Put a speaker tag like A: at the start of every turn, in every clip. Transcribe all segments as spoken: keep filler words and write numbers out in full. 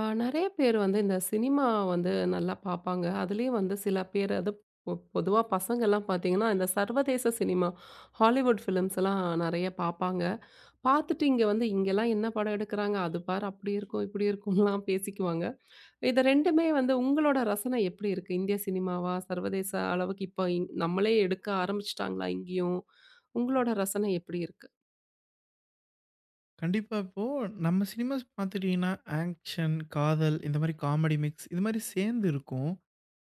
A: ஆ, நெறைய பேர் வந்து இந்த சினிமா வந்து நல்லா பார்ப்பாங்க. அதுலயும் வந்து சில பேர் அது பொ பொதுவா பசங்கள்லாம் பார்த்தீங்கன்னா, இந்த சர்வதேச சினிமா, ஹாலிவுட் ஃபிலிம்ஸ்லாம் நெறைய பார்ப்பாங்க. பார்த்துட்டு இங்க வந்து இங்கலாம் என்ன படம் எடுக்குறாங்க? அது பாரு அப்படி இருக்கும், இப்படி இருக்கும்லாம் பேசிக்குவாங்க. இது 2மே வந்து உங்களோட ரசனை எப்படி இருக்கு? இந்திய சினிமாவா? சர்வதேச அளவுக்கு இப்ப இங் நம்மளே எடுக்க ஆரம்பிச்சுட்டாங்களா இங்கேயும்? உங்களோட ரசனை எப்படி இருக்கு?
B: கண்டிப்பா. இப்போ நம்ம சினிமாஸ் பார்த்துட்டீங்கன்னா, ஆக்ஷன், காதல் இந்த மாரி காமெடி மிக்ஸ் இது மாரி சேர்ந்து இருக்கும்.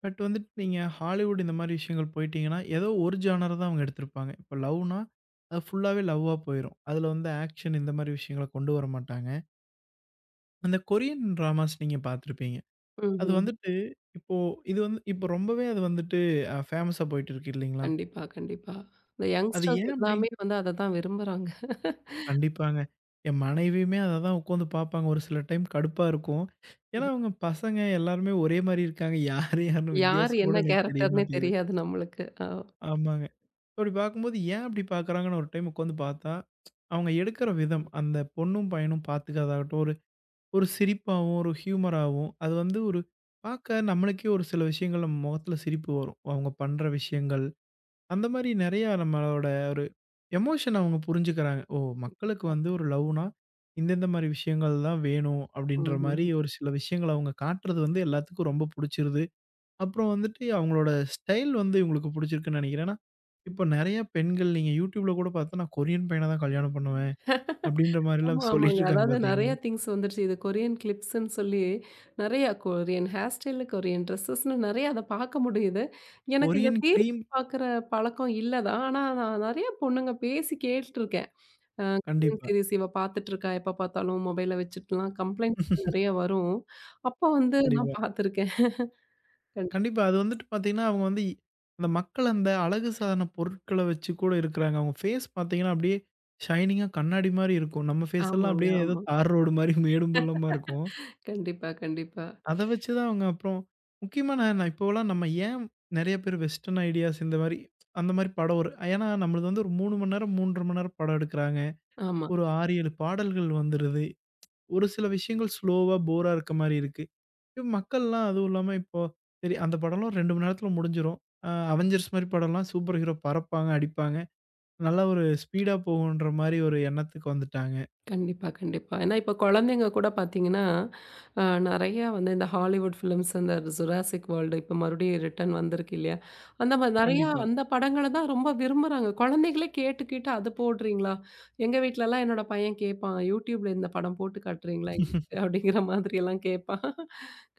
B: பட் வந்துட்டு நீங்க ஹாலிவுட் இந்த மாரி விஷயங்கள் போயிட்டீங்கன்னா, ஏதோ ஒரு ஜானர் தான் அவங்க எடுத்திருப்பாங்க. இப்போ லவ்னா, அது ஃபுல்லாவே லவ்வா போயிரும். அதில வந்து ஆக்ஷன் இந்த மாரி விஷயங்கள கொண்டு வர மாட்டாங்க. அந்த கொரியன் டிராமாஸ் நீங்க பார்த்துருப்பீங்க. அது
A: ம்ஹ்ம்.
B: வந்துட்டு இப்போ இது வந்து இப்போ ரொம்பவே அது வந்துட்டு அ ஃபேமஸா போயிட்டு இருக்கு இல்லைங்களா?
A: கண்டிப்பா, கண்டிப்பா. இந்த
B: அது
A: யங்ஸ்டர்ஸ்
B: ஏன் அப்படி
A: எல்லாமே வந்து அத தான் விரும்புறாங்க.
B: கண்டிப்பாங்க. என் மனைவியுமே அத தான் உட்காந்து பார்ப்பாங்க. ஒரு சில டைம் கடுப்பா இருக்கும். ஏன்னா, அவங்க பசங்க எல்லாருமே ஒரே மாரி இருக்காங்க. யார் யாருன்னு
A: யார்
B: வித்தியாசம் கூட
A: என்ன
B: எனக்கு தெரிய
A: கேரக்டர்ன்னே
B: மாட்டேங்குது.
A: தெரியாது நம்மளுக்கு. அ.
B: ஆமாங்க. அப்படி பார்க்கும்போது ஏன் அப்படி பார்க்குறாங்கன்னு ஒரு டைம் உட்காந்து பார்த்தா, அவங்க எடுக்கிற விதம், அந்த பொண்ணும் பையனும் பார்த்துக்கிறதாகட்டும், ஒரு ஒரு சிரிப்பாவும், ஒரு ஹியூமராவும், அது வந்து ஒரு பார்க்க நம்மளுக்கே ஒரு சில விஷயங்கள் நம்ம முகத்தில சிரிப்பு வரும். அவங்க பண்ற விஷயங்கள். அந்த மாரி நெறையா நம்மளோட ஒரு எமோஷன அவங்க புரிஞ்சுக்கிறாங்க. ஓ! மக்களுக்கு வந்து ஒரு லவ்னா, இந்த இந்த மாரி விஷயங்கள் தான் வேணும். அப்படின்ற மாரி
A: ம்ஹ்ம்.
B: ஒரு சில விஷயங்கள அவங்க காட்டுறது வந்து எல்லாத்துக்கும் ரொம்ப புடிச்சிருது. அப்புறம் வந்துட்டு அவங்களோட ஸ்டைல் வந்து இவங்களுக்கு புடிச்சிருக்குன்னு நெனைக்கிறேன். ஏன்னா, இப்ப நெறைய பெண்கள் நீங்க YouTubeல கூட பார்த்தா, நான் கொரியன் பையன தான் கல்யாணம் பண்ணுவேன். அப்படின்ற
A: ஆமா,
B: மாரிலாம் சொல்லிட்டு
A: ஆமாங்க.
B: இருக்காங்க
A: அதாவது
B: பார்த்தீங்களா?
A: நெறைய திங்ஸ் வந்துருச்சு. இது கொரியன் கிளிப்ஸ்ன்னு சொல்லி நெறைய கொரியன் ஹேர் ஸ்டைலு, கொரியன் ட்ரெஸஸ்ன்னு நெறைய அத பார்க்க முடியுது. எனக்கு இந்த
B: கொரியன்
A: சீரியல்
B: கிரீம்.
A: பார்க்குற பழக்கம் இல்ல தான். ஆனா, நான் நெறைய பொண்ணுங்க பேசி கேட்டுருக்கேன். அ கொரியன்
B: கண்டிப்பா.
A: சீரிஸ் இவ பார்த்துட்டுருக்கா, எப்ப பார்த்தாலும் மொபைல வச்சுட்டுலாம் கம்ப்ளைண்ட்ஸ்லாம் நெறைய வரும். அப்போ வந்து
B: கண்டிப்பா.
A: நான் பார்த்துருக்கேன். கண்டிப்பா.
B: கண்டிப்பா. அது வந்துட்டு பார்த்தீங்கன்னா, அவங்க வந்து இ- அந்த மக்கள் அந்த அழகு சாதன பொருட்கள வச்சு கூட இருக்குறாங்க. அவங்க ஃபேஸ் பார்த்தீங்கன்னா, அப்படியே ஷைனிங்கா கண்ணாடி மாரி இருக்கும். நம்ம ஃபேஸ் எல்லாம்
A: ஆமாங்க,
B: அப்படியே ஏதோ
A: ஆமா.
B: தார் ரோடு மாரி மேடும் பள்ளமா இருக்கும்.
A: கண்டிப்பா, கண்டிப்பா.
B: அத வச்சு தான் அவங்க அப்புறம் முக்கியமா நான் நான் இப்போலாம் நம்ம ஏன் நெறைய பேர் வெஸ்டர்ன் ஐடியாஸ் இந்த மாரி அந்த மாரி படம் ஒரு ஏன்னா நம்மளது வந்து ஒரு மூன்று மணி நேரம், மூன்றரை மணி நேரம் படம் எடுக்குறாங்க.
A: ஆமா.
B: ஒரு ஆறு, ஏழு பாடல்கள் வந்துருது. ஒரு சில விஷயங்கள் ஸ்லோவா போரா இருக்க மாரி இருக்கு. இப்ப மக்கள்லாம் அதுவும் இல்லாம இப்போ சரி அந்த படம்லாம் ரெண்டு மணி நேரத்துல முடிஞ்சிரும். அ அவெஞ்சர்ஸ் மாரி படம்லாம் சூப்பர் ஹீரோ பறப்பாங்க, அடிப்பாங்க. நல்லா ஒரு ஸ்பீடா போகுன்ற மாரி ஒரு எண்ணத்துக்கு வந்துட்டாங்க.
A: கண்டிப்பா, கண்டிப்பா. ஏன்னா இப்ப குழந்தைங்க கூட பார்த்தீங்கன்னா, அ நெறையா வந்து இந்த ஹாலிவுட் ஃபிலிம்ஸ், இந்த ஜுராசிக் வேர்ல்டு இப்ப மறுபடியும் ரிட்டர்ன் வந்திருக்கு இல்லையா? அந்த மாரி நெறையா
B: கண்டிப்பா.
A: அந்த படங்கள தான் ரொம்ப விரும்புறாங்க. குழந்தைகளே கேட்டு, கேட்டு, "அது போடுறீங்களா?" எங்க வீட்லலாம் என்னோட பையன் கேட்பான். "யூடியூப்ல இந்த படம் போட்டு காட்டுறீங்களா எங்களுக்கு?" அப்படிங்கிற மாதிரியெல்லாம் கேட்பான்.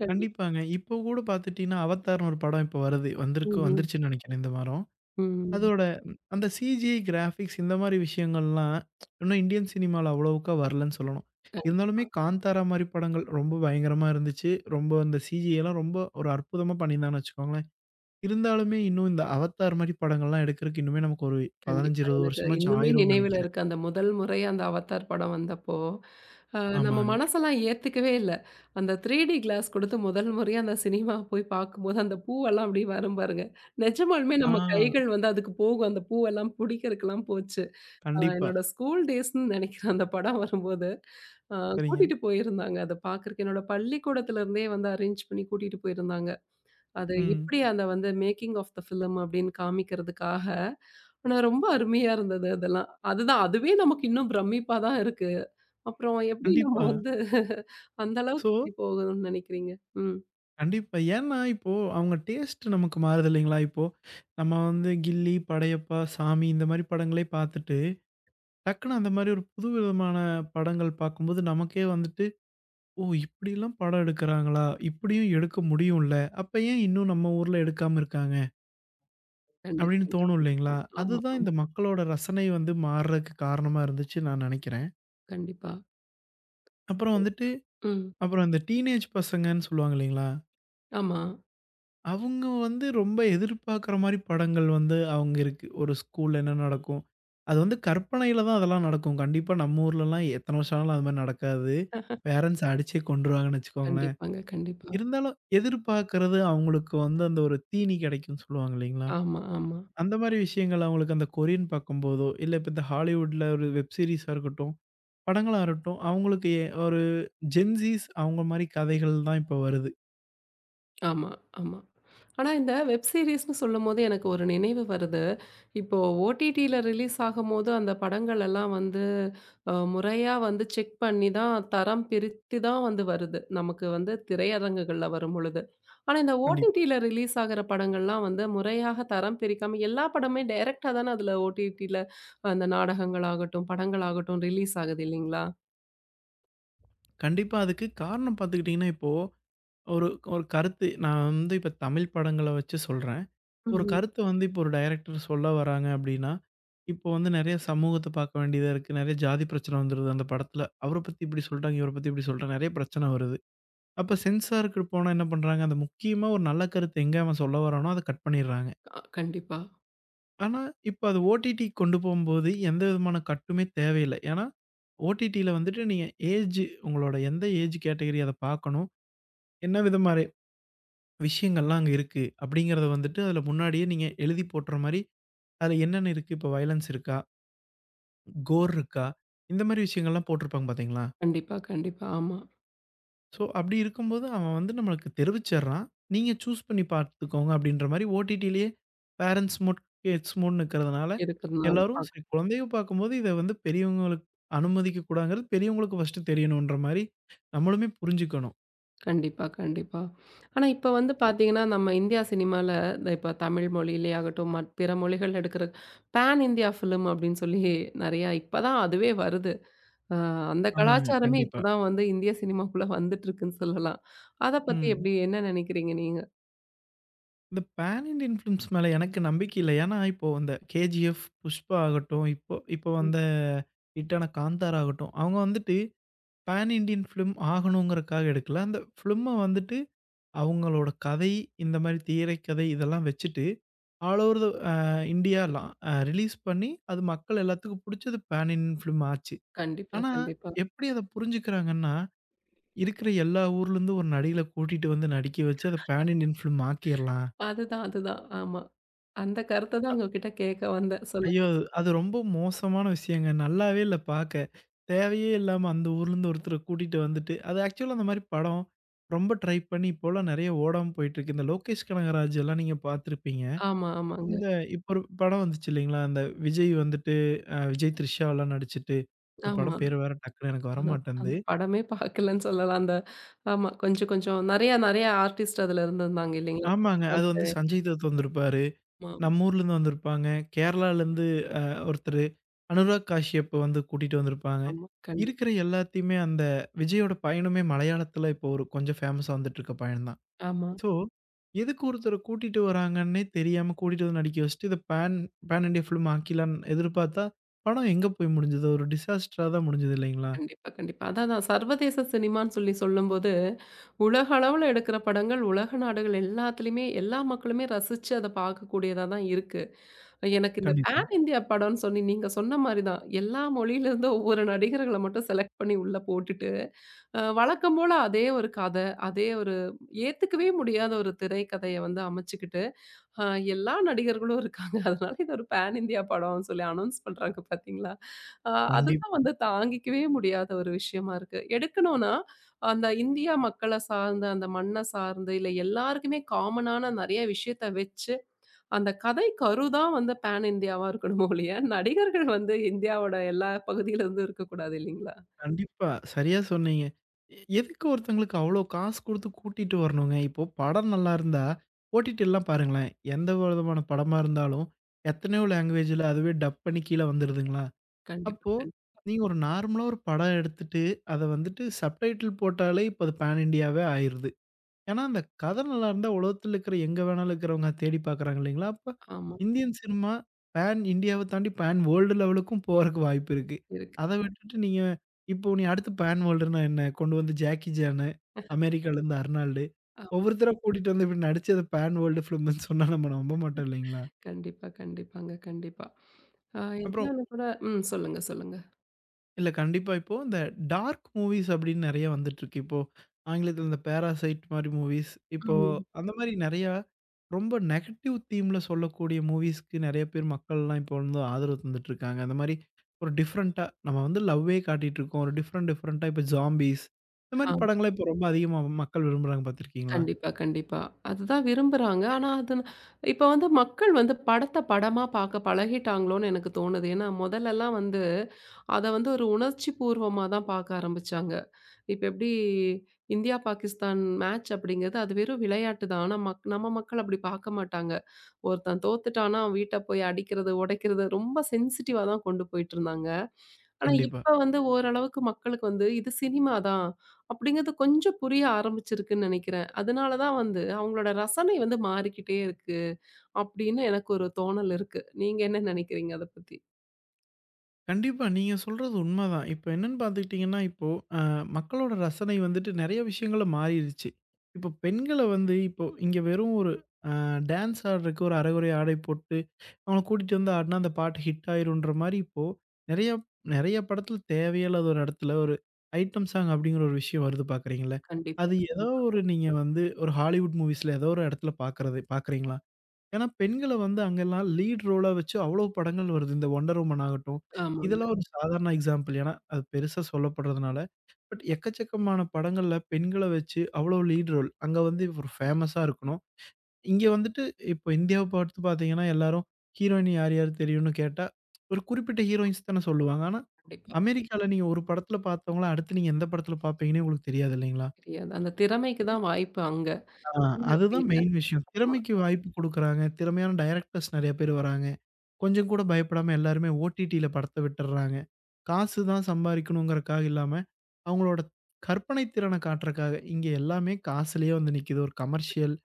A: கண்டிப்பா.
B: கண்டிப்பாங்க. இப்போ கூட பாத்துட்டீங்கன்னா, அவதார்ன்னு ஒரு படம் இப்போ வருது. வந்திருக்கு
A: ம், ம்.
B: வந்துருச்சுன்னு நெனைக்கிறேன் இந்த வாரம்.
A: ம்.
B: அதோட ம், அந்த சிஜி கிராஃபிக்ஸ் இந்த மாரி விஷயங்கள்லாம் இன்னும் இந்தியன் சினிமால அவ்வளவுக்கா வரலன்னு சொல்லணும். இருந்தாலுமே காந்தாரா மாரி படங்கள் ரொம்ப பயங்கரமா இருந்துச்சு. ரொம்ப அந்த சிஜி எல்லாம் ரொம்ப ஒரு அற்புதமா பண்ணியிருந்தாங்கன்னு வச்சுக்கோங்களேன். இருந்தாலுமே இன்னும் இந்த அவத்தார் மாரி படங்கள்லாம் எடுக்கறக்கு இன்னுமே நமக்கு ஒரு பதினைந்து,
A: கண்டிப்பா.
B: இருபது
A: எனக்கு
B: வருஷமாச்சும்
A: இன்னுமே
B: ஆயிரும்னு
A: நினைவுல
B: நெனைக்கிறேன்.
A: இருக்கு. அந்த முதல் முறை அந்த அவதார் படம் வந்தப்போ, அ நம்ம
B: ஆமாங்க.
A: மனசெல்லாம் ஏத்துக்கவே இல்ல. அந்த த்ரீ டி கிளாஸ் குடுத்து முதல் முறையா அந்த சினிமா போய் பார்க்கும்போது, அந்த பூவெல்லாம் அப்படியே வரும் பாருங்க. நிஜமாலுமே
B: ஆ.
A: நம்ம கைகள் வந்து அதுக்கு போகும். அந்த பூவெல்லாம் புடிக்கிறதுக்கெல்லாம் போச்சு. அ
B: கண்டிப்பா.
A: என்னோட ஸ்கூல் டேஸ்ன்னு நெனைக்கிறேன் அந்த படம் வரும்போது. அ
B: சரிங்க.
A: கூட்டிட்டு போயிருந்தாங்க. அத பார்க்கறக்கு என்னோட பள்ளிக்கூடத்துலருந்தே வந்து அரேஞ்ச் பண்ணி கூட்டிட்டு போயிருந்தாங்க. அது
B: ம்.
A: இப்படி அந்த வந்து மேக்கிங் ஆஃப் த ஃபிலிம் அப்படின்னு காமிக்கிறதுக்காக. ஆனா ரொம்ப அருமையா இருந்தது அதெல்லாம். அதுதான் அதுவே நமக்கு இன்னும் பிரமிப்பா தான் இருக்கு. அப்புறம் எப்படி நம்ம
B: கண்டிப்பா.
A: வந்து அந்த
B: ஸோ
A: அளவுக்கு எப்படி போகணும்னு நெனைக்கிறீங்க? ம்.
B: கண்டிப்பா. ஏன்னா இப்போ அவங்க டேஸ்ட் நமக்கு மாறுது இல்லைங்களா? இப்போ நம்ம வந்து கில்லி, படையப்பா, சாமி இந்த மாரி படங்களே பாத்துட்டு டக்குனு அந்த மாரி ஒரு புதுவிதமான படங்கள் பார்க்கும்போது, நமக்கே வந்துட்டு, "ஓ! இப்படிலாம் படம் எடுக்குறாங்களா? இப்படியும் எடுக்க முடியும்ல. அப்ப ஏன் இன்னும் நம்ம ஊர்ல எடுக்காம இருக்காங்க?" அப்படின்னு
A: கண்டிப்பாங்க,
B: தோணும்
A: கண்டிப்பா.
B: இல்லைங்களா?
A: ஆமா,
B: அதுதான் இந்த
A: ஆமா.
B: மக்களோட ரசனை வந்து மாறுறதுக்கு காரணமா இருந்துச்சுன்னு நான் நெனைக்கிறேன்.
A: கண்டிப்பா.
B: அப்புறம் வந்துட்டு,
A: ம்.
B: அப்புறம் இந்த டீனேஜ் பசங்கன்னு சொல்லுவாங்க இல்லைங்களா?
A: ஆமா.
B: அவங்க வந்து ரொம்ப எதிர்பார்க்குற மாரி படங்கள் வந்து அவங்க இருக்கு. ஒரு ஸ்கூல்ல என்ன நடக்கும்? அது வந்து கற்பனையில தான் அதெல்லாம் நடக்கும். கண்டிப்பா நம்ம ஊர்லலாம் எத்தன வருஷம் ஆனாலும் அது மாரி நடக்காது. பேரண்ட்ஸ் அடிச்சே கொன்றுவாங்கன்னு வச்சுக்கோங்களேன்.
A: கண்டிப்பாங்க, கண்டிப்பா.
B: இருந்தாலும் எதிர்பார்க்கிறது அவங்களுக்கு வந்து அந்த ஒரு தீனி கிடைக்கும்னு சொல்லுவாங்க இல்லைங்களா?
A: ஆமா, ஆமா.
B: அந்த மாரி விஷயங்கள் அவங்களுக்கு அந்த கொரியன் பார்க்கும்போதோ, இல்ல இப்ப இந்த ஹாலிவுட்ல ஒரு வெப் சீரிஸா இருக்கட்டும், படங்களா இருக்கட்டும், அவங்களுக்கு எ ஒரு ஜென்ஸீஸ் அவங்க மாரி கதைகள் தான் இப்ப வருது.
A: ஆமா, ஆமா. ஆனா இந்த வெப் சீரிஸ்ன்னு சொல்லும்போது எனக்கு ஒரு நினைவு வருது. இப்போ ஓடிடில ரிலீஸ் ஆகும்போது அந்த படங்கள் எல்லாம் வந்து அ முறையா வந்து செக் பண்ணி தான் தரம் பிரித்து தான் வந்து வருது. நமக்கு வந்து திரையரங்குகள்ல வரும்பொழுது. ஆனா இந்த
B: கண்டிப்பா.
A: ஓடிடில ரிலீஸ் ஆகுற படங்கள்லாம் வந்து முறையாக தரம் பிரிக்காம எல்லா படமே டைரக்ட்டா தானே அதுல ஓடிடில அந்த நாடகங்களாகட்டும், படங்களாகட்டும் ரிலீஸ் ஆகுது இல்லைங்களா?
B: கண்டிப்பா அதுக்கு காரணம் பார்த்துக்கிட்டீங்கன்னா இப்போ ஒரு ஒரு கருத்து நான் வந்து இப்ப தமிழ் படங்கள வச்சு சொல்றேன். ஒரு
A: ம்.
B: கருத்த வந்து இப்போ ஒரு டைரக்டர் சொல்ல வராங்க அப்டின்னா, இப்போ வந்து நெறைய சமூகத்த பார்க்க வேண்டியதா இருக்கு. நெறைய ஜாதி பிரச்சனை வந்துருது அந்த படத்துல. அவர பத்தி இப்டி சொல்றாங்க, இவர பத்தி இப்டி சொல்றாங்க. நெறைய பிரச்சனை வருது. அப்ப சென்சார்க்கு போனா என்ன பண்றாங்க, அந்த முக்கியமா ஒரு நல்ல கருத்து எங்க அவன் சொல்ல வரானோ அத கட் பண்ணிடுறாங்க.
A: அ கண்டிப்பா,
B: ஆனா, இப்ப அது ஓடிடி கொண்டு போம்போது எந்த விதமான கட்டுமே தேவையில்ல. ஏன்னா, ஓடிடில வந்துட்டு நீங்க ஏஜ் உங்களோட எந்த ஏஜ் கேட்டகரி அத பார்க்கணும், என்ன விதமா விஷயங்கள்லாம் அங்க இருக்கு. அப்படிங்கிறத வந்துட்டு அதுல முன்னாடியே நீங்க எழுதி போட்ற மாரி, அதுல என்னென்ன இருக்கு? இப்போ வயலன்ஸ் இருக்கா? கோர் இருக்கா? இந்த மாரி விஷயங்கள்லாம் போட்டிருப்பாங்க பார்த்தீங்களா?
A: கண்டிப்பா, கண்டிப்பா. ஆமா.
B: ஸோ அப்படி இருக்கும்போது அவன் வந்து நம்மளுக்கு தெரிவிச்சர்றான். நீங்க சூஸ் பண்ணி பார்த்துக்கோங்க அப்படின்ற மாரி ஓடிடிலயே பேரண்ட்ஸ் மோட், கிட்ஸ் மோட்ன்னு இருக்கிறதுனால
A: இருக்கிறதுனால
B: எல்லாரும் சரி குழந்தைய பார்க்கும்போது இத வந்து பெரியவங்களுக்கு அனுமதிக்க கூடாங்கிறது பெரியவங்களுக்கு ஃபர்ஸ்ட்டு தெரியணுன்ற மாரி நம்மளுமே புரிஞ்சுக்கணும்.
A: கண்டிப்பா, கண்டிப்பா. ஆனா, இப்ப வந்து பார்த்தீங்கன்னா, நம்ம இந்தியா சினிமால இந்த இப்ப தமிழ் மொழியிலே ஆகட்டும், மற் பிற மொழிகள் எடுக்கிற பேன் இந்தியா ஃபிலிம் அப்படின்னு சொல்லி நெறையா இப்ப தான் அதுவே வருது. அ அந்த ஆமா.
B: ஆமாங்க.
A: கலாச்சாரமே
B: கண்டிப்பா.
A: இப்ப தான் வந்து இந்திய சினிமாக்குள்ள வந்துட்டுருக்குன்னு சொல்லலாம். அத பத்தி
B: ம்.
A: எப்படி என்ன நெனைக்கிறீங்க நீங்க?
B: இந்த பேன் இண்டியன் ஃபிலிம்ஸ் மேல எனக்கு நம்பிக்கை இல்ல. ஏன்னா, இப்போ இந்த கேஜிஎஃப், புஷ்பா ஆகட்டும், இப்போ இப்போ
A: ம்.
B: வந்த ஹிட்டான காந்தாரா ஆகட்டும், அவங்க வந்துட்டு பேன் இண்டியன் ஃபிலிம் ஆகணுங்கிறக்காக எடுக்கல. அந்த ஃபிலிம்ம வந்துட்டு அவங்களோட கதை, இந்த மாரி திரைக்கதை இதெல்லாம் வச்சுட்டு, ஆல் ஓவர் த அ இண்டியாலாம் அ ரிலீஸ் பண்ணி, அது மக்கள் எல்லாத்துக்கும் புடிச்சது பேன் இண்டியன் ஃபிலிம் ஆச்சு.
A: கண்டிப்பா,
B: ஆனா,
A: கண்டிப்பா.
B: எப்படி அத புரிஞ்சுக்கிறாங்கன்னா, இருக்கிற எல்லா ஊர்லருந்து ஒரு நடிகர கூட்டிட்டு வந்து நடிக்க வச்சு, அத பேன் இண்டியன் ஃபிலிம் ஆக்கிரலாம்.
A: அதுதான், அதுதான். ஆமா. அந்த கருத்த தான் உங்ககிட்ட கேட்க வந்தேன். சொல்லுங்க.
B: ஐயோ! அது ரொம்ப மோசமான விஷயங்க. நல்லாவே இல்ல பாக்க. தேவையே இல்லாம அந்த ஊர்லருந்து ஒருத்தர கூட்டிட்டு வந்துட்டு, அது ஆக்சுவலா அந்த மாரி படம் ரொம்ப ட்ரை பண்ணி இப்போலாம் நெறைய ஓடாம போயிட்டுருக்கு. இந்த லோகேஷ் கனகராஜ் எல்லாம் நீங்க பாத்துருப்பீங்க.
A: ஆமா, ஆமாங்க.
B: இந்த இப்போ ஒரு படம் வந்துச்சு இல்லைங்களா? அந்த விஜய் வந்துட்டு அ விஜய், த்ரிஷாலாம் நடிச்சுட்டு, அந்த
A: ஆமா.
B: படம் பேரு வேற டக்குனு எனக்கு
A: நான் அந்த
B: வரமாட்டேன்து.
A: படமே பார்க்கலன்னு சொல்லலாம். அந்த ஆமா. கொஞ்சம் கொஞ்சம் நெறையா நெறையா ஆர்டிஸ்ட் அதுல இருந்திருந்தாங்க இல்லைங்களா?
B: ஆமாங்க. அது வந்து
A: பிரசாந்த்.
B: சஞ்சய் தத் வந்திருப்பாரு.
A: ஆமா,
B: நம்ம ஊர்லருந்து வந்திருப்பாங்க. கேரளாலருந்து ஒருத்தரு அனுராக் காஷ்யப் வந்து கூட்டிட்டு வந்திருப்பாங்க.
A: ஆமா. கண்டிப்பா.
B: இருக்கிற எல்லாத்தையுமே அந்த விஜயோட பயணமே மலையாளத்தில இப்போ ஒரு கொஞ்சம் ஃபேமஸா வந்துட்டுருக்க பயணம் தான்.
A: ஆமா.
B: ஸோ, எதுக்கு ஒருத்தர கூட்டிட்டு வராங்கன்னே தெரியாம கூட்டிட்டு வந்து நடிக்க வச்சுட்டு, இத பேன் பேன் இண்டியா ஃபிலிம் ஆக்கிலான்னு எதிர்பார்த்தா, படம் எங்க போய் முடிஞ்சது? ஒரு டிசாஸ்டரா தான் முடிஞ்சது இல்லைங்களா?
A: கண்டிப்பா, கண்டிப்பா. அதான் அதான் சர்வதேச சினிமான்னு சொல்லி சொல்லும்போது, உலக அளவுல எடுக்கிற படங்கள், உலக நாடுகள் எல்லாத்துலயுமே எல்லா மக்களுமே ரசிச்சு அத பார்க்கக்கூடியதா தான் இருக்கு. எனக்கு இந்த
B: கண்டிப்பா,
A: பேன் இந்தியா படம்ன்னு சொல்லி நீங்க சொன்ன மாரி தான். எல்லா மொழியிலிருந்தும் ஒவ்வொரு நடிகர்கள மட்டும் செலக்ட் பண்ணி உள்ள போட்டுட்டு, அ வழக்கம் போல அதே ஒரு கத, அதே ஒரு ஏத்துக்கவே முடியாத ஒரு திரைக்கதைய வந்து அமைச்சுக்கிட்டு ஆ எல்லா நடிகர்களும் இருக்காங்க. அதனால இது ஒரு பான் இந்தியா படம்னு சொல்லி அனவுன்ஸ் பண்றாங்க பார்த்தீங்களா? அ அதுதான்
B: கண்டிப்பா.
A: வந்து தாங்கிக்கவே முடியாத ஒரு விஷயமா இருக்கு. எடுக்கணும்னா, அந்த இந்தியா மக்கள சார்ந்த, அந்த மண்ண சார்ந்து, இல்ல எல்லாருக்குமே காமனான நெறைய விஷயத்த வச்சு, அந்த கதை கரு தான் வந்து பான் இந்தியாவா இருக்கணுமோ ஒழிய, நடிகர்கள் வந்து இந்தியாவோட எல்லா பகுதியிலருந்தும் இருக்கக்கூடாது இல்லைங்களா?
B: கண்டிப்பா. சரியா சொன்னீங்க. எ எதுக்கு ஒருத்தங்களுக்கு அவ்ளோ காசு குடுத்து கூட்டிட்டு வரணுங்க? இப்போ படம் நல்லாருந்தா, ஓடிடில்லாம் பாருங்களேன். எந்த விதமான படமா இருந்தாலும், எத்தனையோ லேங்குவேஜ்ல அதுவே டப் பண்ணி கீழ வந்துருதுங்களா?
A: கண்டிப்பா,
B: அப்போ,
A: கண்
B: நீங்க ஒரு நார்மலா ஒரு படம் எடுத்துட்டு, அத வந்துட்டு சப்டைட்டில் போட்டாலே இப்ப அது பான் இண்டியாவே ஆயிருது. ஏன்னா, அந்த கதை நல்லா இருந்தா உலகத்துல இருக்கிற எங்க வேணாலும் இருக்கிறவங்க தேடி பார்க்குறாங்க இல்லைங்களா? அப்ப
A: ஆமா
B: இந்தியன் சினிமா பேன் இண்டியாவ தாண்டி பேன் வேர்ல்டு லெவலுக்கும் போறக்கு வாய்ப்பு இருக்கு.
A: இருக்கு.
B: அத விட்டுட்டு நீங்க இப்போ நீ அடுத்து பேன் வேர்ல்டுன்னா என்ன? கொண்டு வந்து ஜாக்கி சானு, அமெரிக்காலேருந்து அர்னால்டு,
A: ஆ
B: ஒவ்வொருத்தரா கூட்டிட்டு வந்து இப்படி நடிச்சு அத பேன் வேர்ல்டு ஃபிலிம்ன்னு சொன்னா நம்ம நம்ப மாட்டோம் இல்லைங்களா?
A: கண்டிப்பா, கண்டிப்பாங்க, கண்டிப்பா. அ
B: அப்புறம்
A: இன்னொன்னு கூட ம் சொல்லுங்க, சொல்லுங்க.
B: இல்ல கண்டிப்பா. இப்போ இந்த டார்க் மூவிஸ் அப்படின்னு நெறைய வந்துட்டுருக்கு. இப்போ ஆங்கிலத்தில இந்த "பேராசைட்" மாரி மூவிஸ். இப்போ
A: ம்.
B: அந்த மாரி நெறையா ரொம்ப நெகட்டிவ் தீம்ல சொல்லக்கூடிய மூவிஸ்க்கு நெறைய பேர் மக்கள்லாம் இப்போ வந்து ஆதரவு தந்துட்டுருக்காங்க. அந்த மாரி ஒரு டிஃப்ரெண்ட்டா நம்ம வந்து லவ்வே காட்டிட்டுருக்கோம். ஒரு டிஃப்ரெண்ட் டிஃப்ரெண்ட்டா இப்போ "ஜாம்பீஸ்" இந்த மாரி
A: ஆ.
B: படங்கள இப்போ ரொம்ப அதிகமா மக்கள் விரும்புறாங்க பார்த்துருக்கீங்களா?
A: கண்டிப்பா, கண்டிப்பா. அதுதான் விரும்புறாங்க. ஆனா, அது ந- இப்ப வந்து மக்கள் வந்து படத்த படமா பார்க்க பழகிட்டாங்களோன்னு எனக்கு தோணுது. ஏன்னா, முதல்லலாம் வந்து அத வந்து ஒரு உணர்ச்சி பூர்வமா தான் பார்க்க ஆரம்பிச்சாங்க. இப்ப எப்படி இந்தியா, பாகிஸ்தான் மேட்ச் அப்படிங்கிறது அது வெறும் விளையாட்டு தான். ஆனா, மக் நம்ம மக்கள் அப்படி பார்க்க மாட்டாங்க. ஒருத்தன் தோத்துட்டான்னா, வீட்ட போய் அடிக்கிறது, உடைக்கிறது ரொம்ப சென்சிட்டிவா தான் கொண்டு போயிட்டுருந்தாங்க. ஆனா,
B: கண்டிப்பா.
A: இப்ப வந்து ஓரளவுக்கு மக்களுக்கு வந்து இது சினிமா தான் அப்படிங்கிறது கொஞ்சம் புரிய ஆரம்பிச்சிருக்குன்னு நெனைக்கிறேன். அதனால தான் வந்து அவங்களோட ரசனை வந்து மாறிக்கிட்டே இருக்கு அப்படின்னு எனக்கு ஒரு தோணல் இருக்கு. நீங்க என்ன நெனைக்கிறீங்க அத பத்தி?
B: கண்டிப்பா. நீங்க சொல்றது உண்மதான். இப்ப என்னன்னு பார்த்துக்கிட்டீங்கன்னா, இப்போ அ மக்களோட ரசனை வந்துட்டு நெறைய விஷயங்கள்ல மாறிருச்சு. இப்போ பெண்கள வந்து இப்போ இங்க வெறும் ஒரு அ டான்ஸ் ஆடுறதுக்கு ஒரு அரைகுறை ஆடை போட்டு, அவங்கள கூட்டிட்டு வந்து ஆடுனா அந்த பாட்டு ஹிட் ஆயிரும்ன்ற மாரி இப்போ நெறைய நெறைய படத்துல தேவையில்லாத ஒரு இடத்துல ஒரு ஐட்டம் சாங் அப்படிங்கிற ஒரு விஷயம் வருது பார்க்குறீங்களா?
A: கண்டிப்பா.
B: அது ஏதோ ம். ஒரு நீங்க வந்து ஒரு ஹாலிவுட் மூவிஸ்ல ஏதோ ஒரு இடத்துல பார்க்கறது பார்க்குறீங்களா? ஏன்னா, பெண்கள வந்து அங்கெல்லாம் லீட் ரோலா வச்சு அவ்வளோ படங்கள் வருது. இந்த Wonder Woman ஆகட்டும்,
A: ஆமாங்க.
B: இதெல்லாம் ஒரு சாதாரண எக்ஸாம்பிள். ஏன்னா, அது பெருசா சொல்லப்படுறதுனால. பட் எக்கச்சக்கமான படங்கள்ல பெண்கள வச்சு அவ்வளோ லீட் ரோல். அங்க வந்து ஒரு ஃபேமஸா இருக்கணும். இங்க வந்துட்டு இப்போ இந்தியாவ பார்த்து பார்த்தீங்கன்னா, எல்லாரும் ஹீரோயின் யார் யார் தெரியும்னு கேட்டா, ஒரு குறிப்பிட்ட ஹீரோயின்ஸ் தானே சொல்லுவாங்க. ஆனா,
A: கண்டிப்பா.
B: அமெரிக்கால நீங்க ஒரு படத்துல பார்த்தவங்கள, அடுத்து நீங்க எந்த படத்துல பார்ப்பீங்கன்னே உங்களுக்கு தெரியாது இல்லைங்களா?
A: தெரியாது. அந்த திறமைக்கு தான் வாய்ப்பு அங்க.
B: ஆ,
A: இங்க அப்படி
B: அதுதான்
A: இல்ல.
B: மெயின் விஷயம்.
A: ஆமா.
B: திறமைக்கு வாய்ப்பு குடுக்குறாங்க. திறமையான டைரக்டர்ஸ் நெறைய பேர் வராங்க. கொஞ்சம் கூட பயப்படாம எல்லாருமே ஓடிடில படத்த விட்டுர்றாங்க. காசு தான் சம்பாரிக்கணுங்கிறக்காக இல்லாம, அவங்களோட கற்பனை திறன காட்டுறக்காக. இங்க எல்லாமே காசுலயே வந்து நிக்குது. ஒரு கமர்ஷியல்,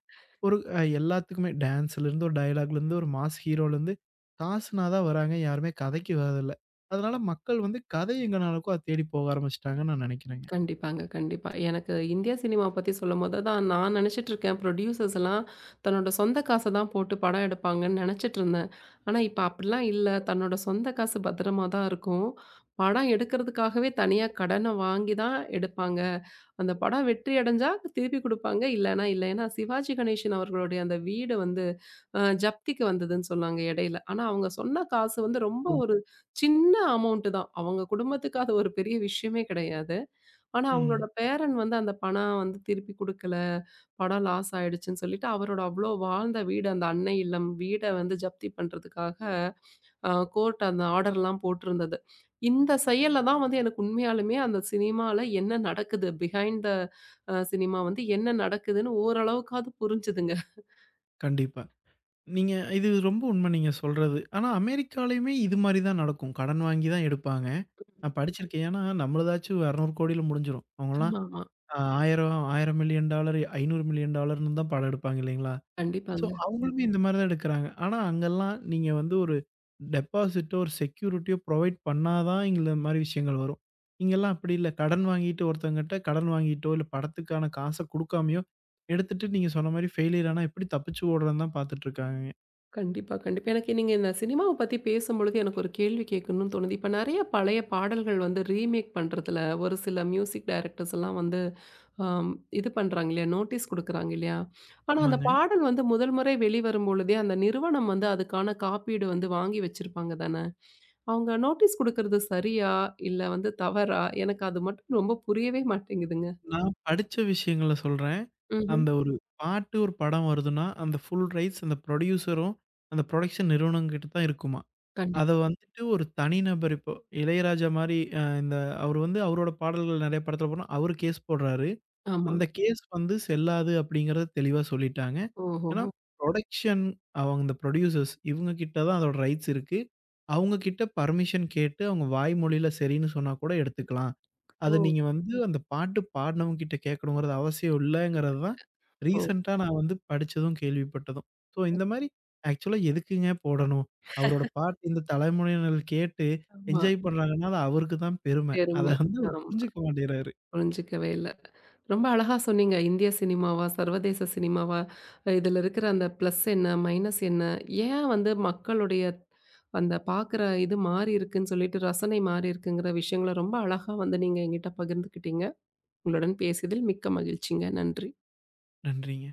B: ஒரு அ எல்லாத்துக்குமே டான்ஸ்லேருந்து, ஒரு டயலாக்லேருந்து, ஒரு மாஸ் ஹீரோலேருந்து காசுனா தான் வராங்க. யாருமே கதைக்கு வரதில்ல. அதனால மக்கள் வந்து கதை எங்கனாலுக்கோ அத தேடி போக ஆரம்பிச்சுட்டாங்கன்னு நான் நெனைக்கிறேங்க.
A: கண்டிப்பாங்க, கண்டிப்பா. எனக்கு இந்திய சினிமா பத்தி சொல்லும்போது தான் நான் நெனச்சிட்டுருக்கேன், புரொடியூசர்ஸ் எல்லாம் தன்னோட சொந்த காச தான் போட்டு படம் எடுப்பாங்கன்னு நெனச்சிட்டுருந்தேன். ஆனா, இப்ப அப்டிலாம் இல்ல. தன்னோட சொந்த காசு பத்திரமா தான் இருக்கும். படம் எடுக்கிறதுக்காகவே தனியா கடன வாங்கி தான் எடுப்பாங்க. அந்த படம் வெற்றி அடைஞ்சா திருப்பி குடுப்பாங்க. இல்லன்னா இல்ல. ஏன்னா, சிவாஜி கணேசன் அவர்களுடைய அந்த வீடு வந்து அ ஜப்திக்கு வந்ததுன்னு சொன்னாங்க இடையில. ஆனா, அவங்க சொன்ன காசு வந்து ரொம்ப
B: ஓ!
A: ஒரு சின்ன அமௌண்ட் தான். அவங்க குடும்பத்துக்கு அது ஒரு பெரிய விஷயமே கிடையாது. ஆனா அவங்களோட
B: ம்.
A: பேரன் வந்து அந்த பணம் வந்து திருப்பி குடுக்கல. படம் லாஸ் ஆயிடுச்சுன்னு சொல்லிட்டு, அவரோட அவ்ளோ வாழ்ந்த வீடு அந்த அன்னை இல்லம் வீட வந்து ஜப்தி பண்றதுக்காக அ கோர்ட் அந்த ஆர்டர்லாம் போட்டிருந்தது. இந்த செயல்ல தான் வந்து எனக்கு உண்மையாலுமே அந்த சினிமால என்ன நடக்குது? பிஹைண்ட் த அ சினிமா வந்து என்ன நடக்குதுன்னு ஓரளவுக்காவது புரிஞ்சுதுங்க.
B: கண்டிப்பா. நீங்க இது ரொம்ப உண்மை நீங்க சொல்றது. ஆனா அமெரிக்காலயுமே இது மாரி தான் நடக்கும். கடன் வாங்கி தான் எடுப்பாங்க. நான் படிச்சிருக்கேன். ஏன்னா நம்மளதாச்சும் 200,00,00,000ல முடிஞ்சிரும். அவங்கலாம்
A: ஆமாமா.
B: அ ஆயிரம் ஒரு பில்லியன் டாலர் $500,000,000ன்னு தான் படம் எடுப்பாங்க இல்லைங்களா? ஸோ
A: கண்டிப்பாங்க.
B: அவங்களுமே இந்த மாரி தான் எடுக்குறாங்க. ஆனா அங்கலாம் நீங்க வந்து ஒரு டெபாசிட்டோ, ஒரு செக்யூரிட்டியோ ப்ரொவைட் பண்ணா தான் இந்த மாரி விஷயங்கள் வரும். இங்கலாம் அப்படி இல்ல. கடன் வாங்கிட்டு ஒருத்தவங்கட்ட கடன் வாங்கிட்டோ, இல்ல படத்துக்கான காச குடுக்காமயோ எடுத்துட்டு நீங்க சொன்ன மாரி ஃபெயிலியர் ஆனா எப்படி தப்பிச்சு ஓடுறதுன்னு தான் பாத்துட்டு இருக்காங்க.
A: கண்டிப்பா, கண்டிப்பா. எனக்கு நீங்க இந்த சினிமாவ பத்தி பேசும்பொழுது எனக்கு ஒரு கேள்வி கேட்கணும்னு தோணுது. இப்ப நெறைய பழைய பாடல்கள் வந்து ரீமேக் பண்றதுல ஒரு சில மியூசிக் டைரக்டர்ஸ் எல்லாம் வந்து ஆம். இது பண்றாங்க இல்லையா? நோட்டீஸ் குடுக்குறாங்க இல்லையா? ஆனா அந்த
B: ஆமாங்க.
A: பாடல் வந்து முதல் முறை வெளிவரும் பொழுதே அந்த நிறுவனம் வந்து அதுக்கான காப்பீடு வந்து வாங்கி வச்சிருப்பாங்க தானே! அவங்க நோட்டீஸ் குடுக்குறது சரியா? இல்ல வந்து தவறா? எனக்கு அது மட்டும் ரொம்ப புரியவே மாட்டேங்குதுங்க.
B: நான் படிச்ச விஷயங்கள சொல்றேன்.
A: ம்ஹ்ம்.
B: அந்த ஒரு பாட்டு, ஒரு படம் வருதுன்னா, அந்த ஃபுல் ரைட்ஸ் அந்த ப்ரொடியூசரும், அந்த புரொடக்ஷன் நிறுவனங்கிட்ட தான் இருக்குமா. அத
A: கண்டிப்பா.
B: வந்துட்டு ஒரு தனிநபர் இப்போ இளையராஜா மாரி அ இந்த அவரு வந்து அவரோட பாடல்கள் நெறைய படத்துல போனா, அவரு கேஸ் போடுறாரு.
A: ஆமா.
B: அந்த கேஸ் வந்து செல்லாது அப்படிங்கிறத தெளிவா சொல்லிட்டாங்க. ஏன்னா,
A: ஓஹோஹோ!
B: புரொடக்ஷன் அவங்க இந்த புரொடியூசர்ஸ் இவங்க கிட்ட தான் அதோட ரைட்ஸ் இருக்கு. அவங்க கிட்ட பர்மிஷன் கேட்டு அவங்க வாய்மொழியில சரின்னு சொன்னா கூட எடுத்துக்கலாம். அத
A: ஓ!
B: நீங்க வந்து அந்த பாட்டு பாடுனவங்க கிட்ட கேட்கணுங்கிறது அவசியம் இல்லங்கிறது தான்
A: ஓ!
B: ரீசென்ட்டா நான் வந்து படிச்சதும், கேள்விப்பட்டதும். ஸோ இந்த மாரி ஆக்சுவலா எதுக்குங்க போடணும்? அவரோட பாட்டு இந்த தலைமுறையினர் கேட்டு
A: ஆமா.
B: என்ஜாய் பண்றாங்கன்னா, அது அவருக்கு தான் பெருமை.
A: பெரும.
B: அத வந்து அவர்
A: ஆமா.
B: புரிஞ்சுக்க மாட்டேங்கிறாரு.
A: புரிஞ்சுக்கவே இல்ல. ரொம்ப அழகா சொன்னீங்க. இந்திய சினிமாவா? சர்வதேச சினிமாவா? இதில இருக்கிற அந்த பிளஸ் என்ன? மைனஸ் என்ன? ஏன் வந்து மக்களுடைய அந்த பார்க்குற இது மாறி இருக்குன்னு சொல்லிட்டு ரசனை மாறி இருக்குங்கிற விஷயங்கள ரொம்ப அழகா வந்து நீங்க என்கிட்ட பகிர்ந்துக்கிட்டீங்க. உங்களுடன் பேசியதில் மிக்க மகிழ்ச்சிங்க. நன்றி.
B: நன்றிங்க.